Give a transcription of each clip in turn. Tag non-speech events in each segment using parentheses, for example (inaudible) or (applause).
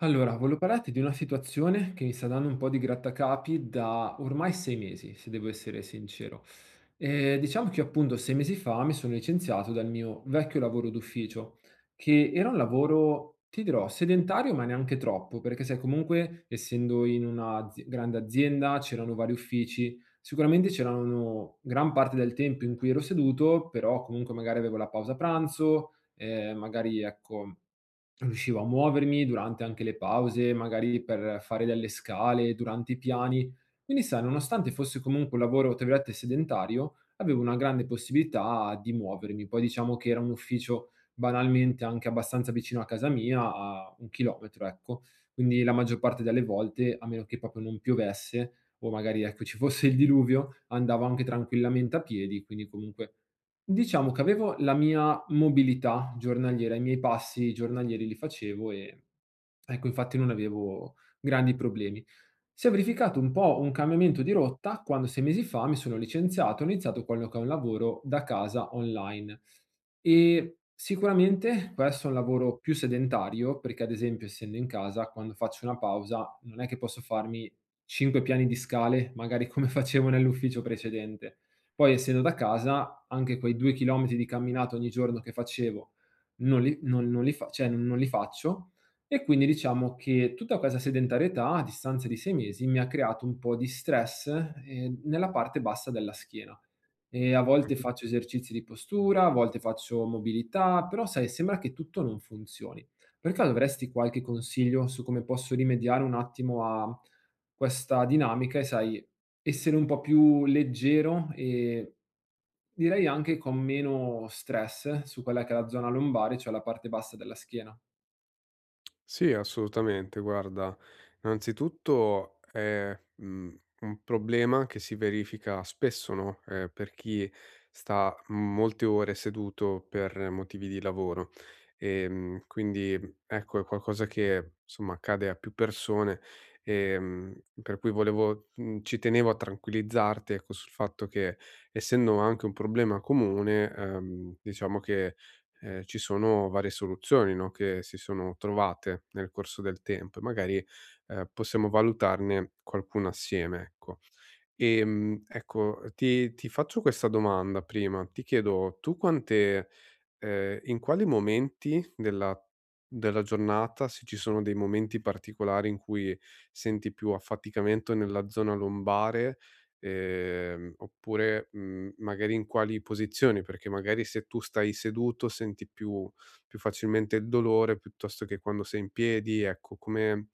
Allora, volevo parlarti di una situazione che mi sta dando un po' di grattacapi da ormai 6 mesi, se devo essere sincero. Diciamo che io appunto 6 mesi fa mi sono licenziato dal mio vecchio lavoro d'ufficio, che era un lavoro, ti dirò, sedentario ma neanche troppo, perché sai comunque essendo in una azi grande azienda, c'erano vari uffici, sicuramente c'erano gran parte del tempo in cui ero seduto, però comunque magari avevo la pausa pranzo, magari ecco riuscivo a muovermi durante anche le pause, magari per fare delle scale, durante i piani. Quindi sai, nonostante fosse comunque un lavoro, tra virgolette, sedentario, avevo una grande possibilità di muovermi. Poi diciamo che era un ufficio banalmente anche abbastanza vicino a casa mia, a un chilometro, ecco. Quindi la maggior parte delle volte, a meno che proprio non piovesse o magari ecco, ci fosse il diluvio, andavo anche tranquillamente a piedi, quindi comunque diciamo che avevo la mia mobilità giornaliera, i miei passi giornalieri li facevo e ecco, infatti non avevo grandi problemi. Si è verificato un po' un cambiamento di rotta quando 6 mesi fa mi sono licenziato e ho iniziato quello che è un lavoro da casa online. Sicuramente questo è un lavoro più sedentario, perché ad esempio essendo in casa quando faccio una pausa non è che posso farmi 5 piani di scale, magari come (laughs) facevo nell'ufficio precedente. Poi essendo da casa anche quei 2 chilometri di camminata ogni giorno che facevo non li non non li fa cioè non li faccio e quindi diciamo che tutta questa sedentarietà a distanza di 6 mesi mi ha creato un po' di stress, nella parte bassa della schiena. A volte Mh-mh. faccio esercizi di postura, a volte faccio mobilità, però sai, sembra che tutto non funzioni. Per caso avresti qualche consiglio su come posso rimediare un attimo a questa dinamica e sai, essere un po' più leggero e direi anche con meno stress su quella che è la zona lombare, cioè la parte bassa della schiena? Sì, assolutamente. Guarda, innanzitutto è, un problema che si verifica spesso, no, per chi sta molte ore seduto per motivi di lavoro. Quindi ecco, è qualcosa che, insomma, accade a più persone, ehm, per cui volevo ci tenevo a tranquillizzarti, ecco, sul fatto che essendo anche un problema comune, diciamo che ci sono varie soluzioni, no, che si sono trovate nel corso del tempo e magari, possiamo valutarne qualcuna assieme, ecco. Ecco, ti faccio questa domanda prima, ti chiedo: tu quante in quali momenti della della giornata, se ci sono dei momenti particolari in cui senti più affaticamento nella zona lombare, oppure, magari in quali posizioni? Perché magari se tu stai seduto senti più più facilmente il dolore piuttosto che quando sei in piedi, ecco, come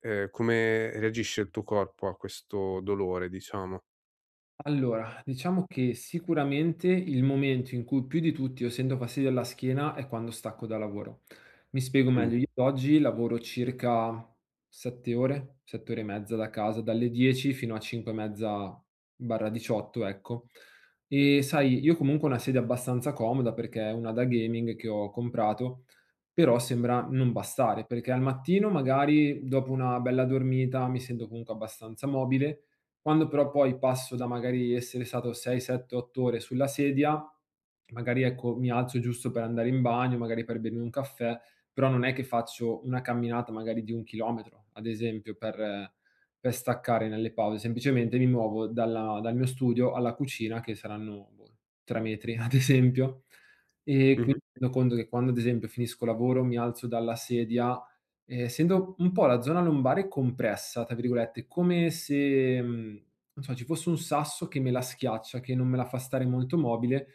come reagisce il tuo corpo a questo dolore, diciamo? Allora, diciamo che sicuramente il momento in cui più di tutti io sento fastidio alla schiena è quando stacco da lavoro. Mi spiego Mh. meglio, io ad oggi lavoro circa 7 ore, 7 ore e mezza da casa, dalle 10 fino a 5 e mezza barra 18, ecco. E sai, io comunque ho una sedia abbastanza comoda perché è una da gaming che ho comprato, però sembra non bastare, perché al mattino magari dopo una bella dormita mi sento comunque abbastanza mobile quando però poi passo da magari essere stato 6, 7, 8 ore sulla sedia, magari ecco mi alzo giusto per andare in bagno, magari per bermi un caffè, però non è che faccio una camminata magari di 1 chilometro, ad esempio, per staccare nelle pause, semplicemente mi muovo dal mio studio alla cucina che saranno, boh, 3 metri (laughs) ad esempio, e qui Mh-mh. mi rendo conto che quando ad esempio finisco lavoro mi alzo dalla sedia. Essendo un po' la zona lombare "compressa", tra virgolette, come se, non so, ci fosse un sasso che me la schiaccia, che non me la fa stare molto mobile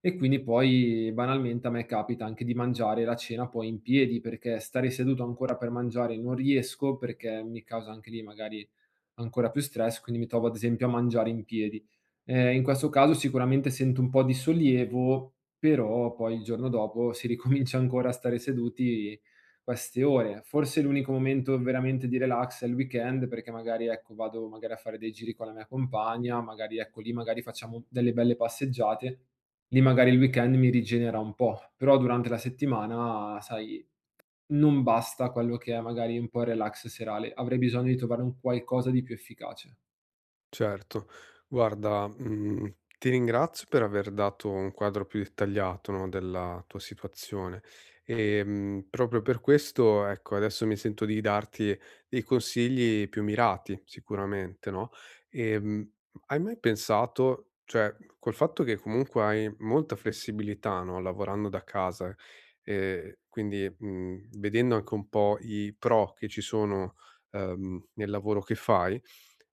e quindi poi banalmente a me capita anche di mangiare la cena poi in piedi, perché stare seduto ancora per mangiare non riesco, perché mi causa anche lì magari ancora più stress, quindi mi trovo ad esempio a mangiare in piedi. In questo caso sicuramente sento un po' di sollievo, però poi il giorno dopo si (laughs) ricomincia ancora a stare seduti queste ore. Forse l'unico momento veramente di relax è il weekend, perché magari ecco, vado magari a fare dei giri con la mia compagna, magari ecco, lì magari facciamo delle belle passeggiate, lì magari il weekend mi rigenera un po', però durante la settimana sai non basta quello che è magari un po' il relax serale, avrei bisogno di trovare un qualcosa di più efficace. Certo. Guarda, ti ringrazio per aver dato un quadro più dettagliato, no, della tua situazione. Proprio per questo, ecco, adesso mi sento di darti dei consigli più mirati sicuramente, no, ehm, hai mai pensato cioè, col fatto che comunque hai molta flessibilità, no, lavorando da casa, quindi, vedendo anche un po' i pro che ci sono, nel lavoro che fai.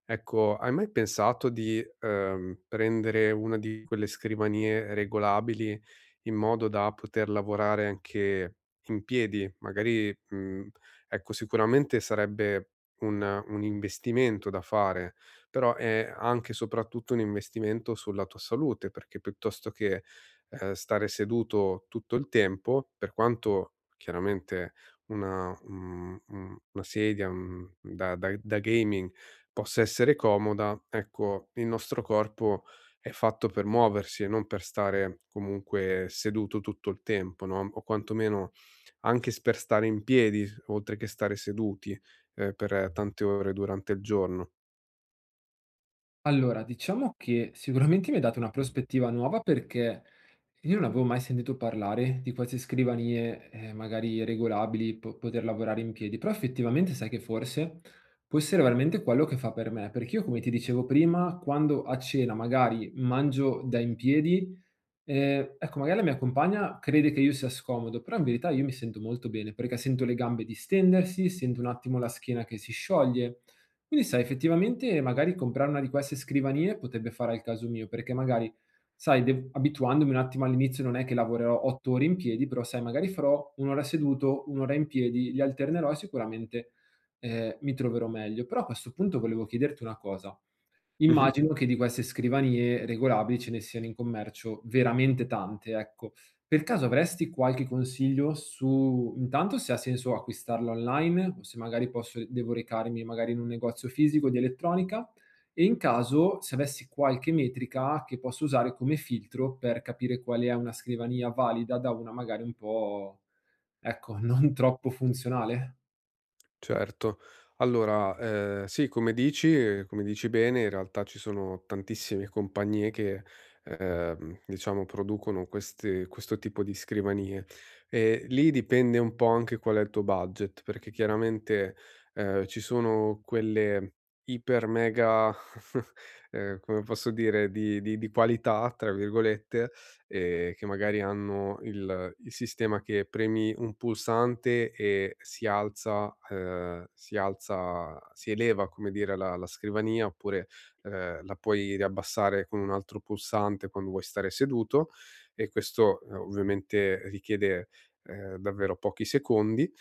Ecco, hai mai pensato di, prendere una di quelle scrivanie regolabili in modo da poter lavorare anche in piedi? Magari, ecco, sicuramente sarebbe un investimento da fare, però è anche e soprattutto un investimento sulla tua salute, perché piuttosto che, stare seduto tutto il tempo, per quanto chiaramente una una sedia, da da gaming possa essere comoda, ecco, il nostro corpo è fatto per muoversi e non per stare comunque seduto tutto il tempo, no, o quantomeno anche s per stare in piedi, oltre che stare seduti, per tante ore durante il giorno. Allora, diciamo che sicuramente mi hai dato una prospettiva nuova perché io non avevo mai sentito parlare di queste scrivanie, magari regolabili, po poter lavorare in piedi, però effettivamente sai che forse può essere veramente quello che fa per me, perché io come ti dicevo prima, quando a cena magari mangio da in piedi, ecco, magari la mia compagna crede che io sia scomodo, però in verità io mi sento molto bene, perché sento le gambe distendersi, sento un attimo la schiena che si scioglie. Quindi sai, effettivamente magari comprare una di queste scrivanie potrebbe fare al caso mio, perché magari, sai, de abituandomi un attimo all'inizio non è che lavorerò 8 ore in piedi, però sai, magari farò 1 ora seduto, 1 ora in piedi, li alternerò e sicuramente, mi troverò meglio. Però a questo punto volevo chiederti una cosa: Mh-mh. immagino che di queste scrivanie regolabili ce ne siano in commercio veramente tante, ecco. Per caso avresti qualche consiglio su intanto se ha senso acquistarla online o se magari posso devo recarmi magari in un negozio fisico di elettronica? E in caso se avessi qualche metrica che posso usare come filtro per capire qual è una scrivania valida da una magari un po', ecco, (laughs) non troppo funzionale? Certo. Allora, sì, come dici bene, in realtà ci sono tantissime compagnie che, diciamo producono queste questo tipo di scrivanie e lì dipende un po' anche qual è il tuo budget, perché chiaramente, ci sono quelle iper mega, (laughs) come posso dire, di di "qualità" tra virgolette, che magari hanno il sistema che premi un pulsante e si alza ehm, si eleva, come dire, la scrivania, oppure, la puoi riabbassare con un altro pulsante quando vuoi stare seduto e questo, ovviamente richiede, davvero pochi secondi.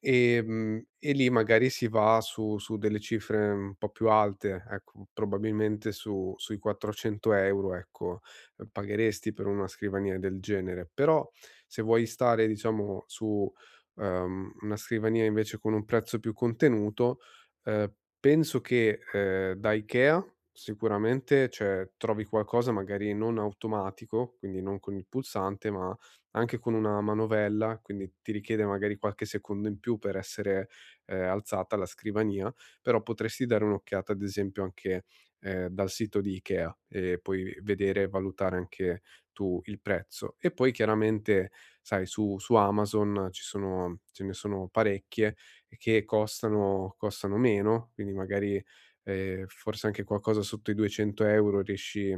E lì magari si va su delle cifre un po' più alte, ecco, probabilmente su sui 400 €, ecco pagheresti per una scrivania del genere. Però se vuoi stare, diciamo, su, una scrivania invece con un prezzo più contenuto, ehm, penso che, da IKEA sicuramente, cioè, trovi qualcosa magari non automatico, quindi non con il pulsante, ma anche con una manovella, quindi ti richiede magari qualche secondo in più per essere, alzata la scrivania, però potresti dare un'occhiata ad esempio anche dal sito di Ikea e puoi vedere e valutare anche tu il prezzo. E poi chiaramente, sai, su Amazon ci sono ce ne sono parecchie che costano meno, quindi magari, forse anche qualcosa sotto i 200 € riesci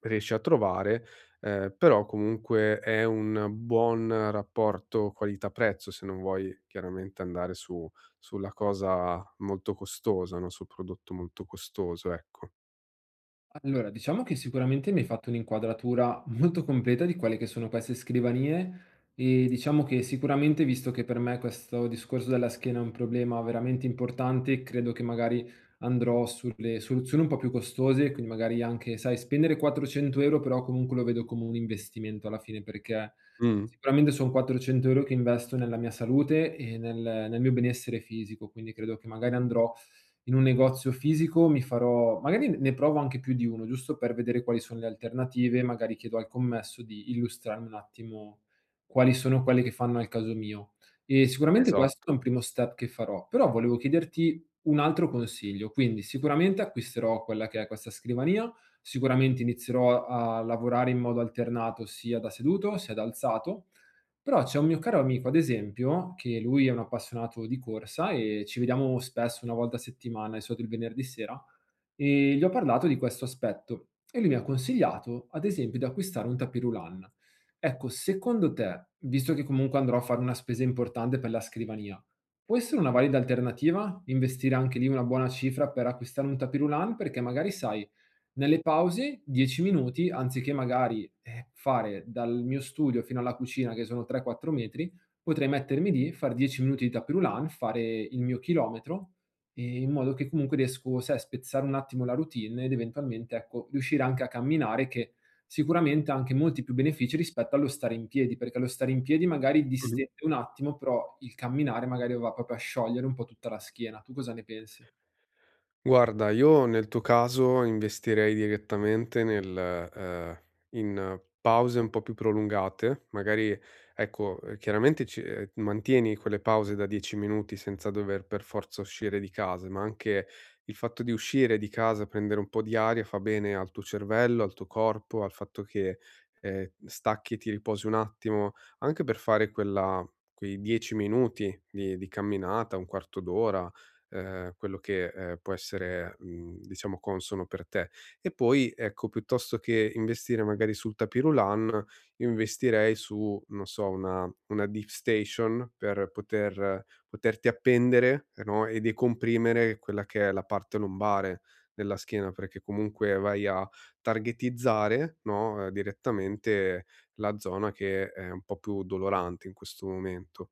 riesci a trovare, però comunque è un buon rapporto qualità-prezzo, se non vuoi chiaramente andare su sulla cosa molto costosa, no, sul prodotto molto costoso, ecco. Allora, diciamo che sicuramente mi hai fatto un'inquadratura molto completa di quelle che sono queste scrivanie e diciamo che sicuramente, visto che per me questo discorso della schiena è un problema veramente importante, credo che magari andrò sulle soluzioni un po' più costose, quindi magari anche, sai, spendere 400 euro, però comunque lo vedo come un investimento alla fine perché Mh, sicuramente son 400 € che investo nella mia salute e nel mio benessere fisico, quindi credo che magari andrò in un negozio fisico, mi farò magari ne provo anche più di uno, giusto per vedere quali sono le alternative, magari chiedo al commesso di illustrarmi un attimo quali sono quelle che fanno al caso mio. E sicuramente questo esatto. è un primo step che farò, però volevo chiederti un altro consiglio, quindi sicuramente acquisterò quella che è questa scrivania, sicuramente inizierò a lavorare in modo alternato sia da seduto sia da alzato, però c'è un mio caro amico, ad esempio, che lui è un appassionato di corsa e ci vediamo spesso, 1 volta a settimana, di solito il venerdì sera. Gli ho parlato di questo aspetto e lui mi ha consigliato, ad esempio, di acquistare un tapis roulant. Ecco, secondo te, visto che comunque andrò a fare una spesa importante per la scrivania, può essere una valida alternativa investire anche lì una buona cifra per acquistare un tapis roulant? Perché magari, sai, nelle pause 10 minuti, anziché magari, fare dal mio studio fino alla cucina che sono 3, 4 metri, potrei mettermi lì, far 10 minuti di tapis roulant, fare il mio chilometro in modo che comunque riesco, sai, a spezzare un attimo la routine ed eventualmente, ecco, riuscire anche a camminare che sicuramente ha anche molti più benefici rispetto allo stare in piedi, perché lo stare in piedi magari Mh-mh. distende un attimo, però il camminare magari va proprio a sciogliere un po' tutta la schiena. Tu cosa ne pensi? Guarda, io nel tuo caso investirei direttamente nel in pause un po' più prolungate, magari ecco, chiaramente ci mantieni quelle pause da 10 minuti senza dover per forza uscire di casa, ma anche il fatto di uscire di casa, prendere un po' di aria fa bene al tuo cervello, al tuo corpo, al fatto che, stacchi e ti riposi un attimo, anche per fare quella quei 10 minuti di camminata, un quarto d'ora, quello che, può essere, diciamo consono per te. E poi, ecco, piuttosto che investire magari sul tapirulan, io investirei su, non so, una deep station per poter poterti appendere, no, e decomprimere quella che è la parte lombare della schiena, perché comunque vai a targetizzare, no, direttamente la zona che è un po' più dolorante in questo momento.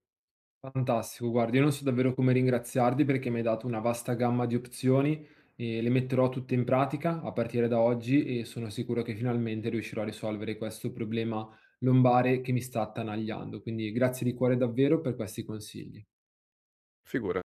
Fantastico, guardi, io non so davvero come ringraziarti perché mi hai dato una vasta gamma di opzioni e le metterò tutte in pratica a partire da oggi e sono sicuro che finalmente riuscirò a risolvere questo problema lombare che mi sta attanagliando. Quindi grazie di cuore davvero per questi consigli. Figura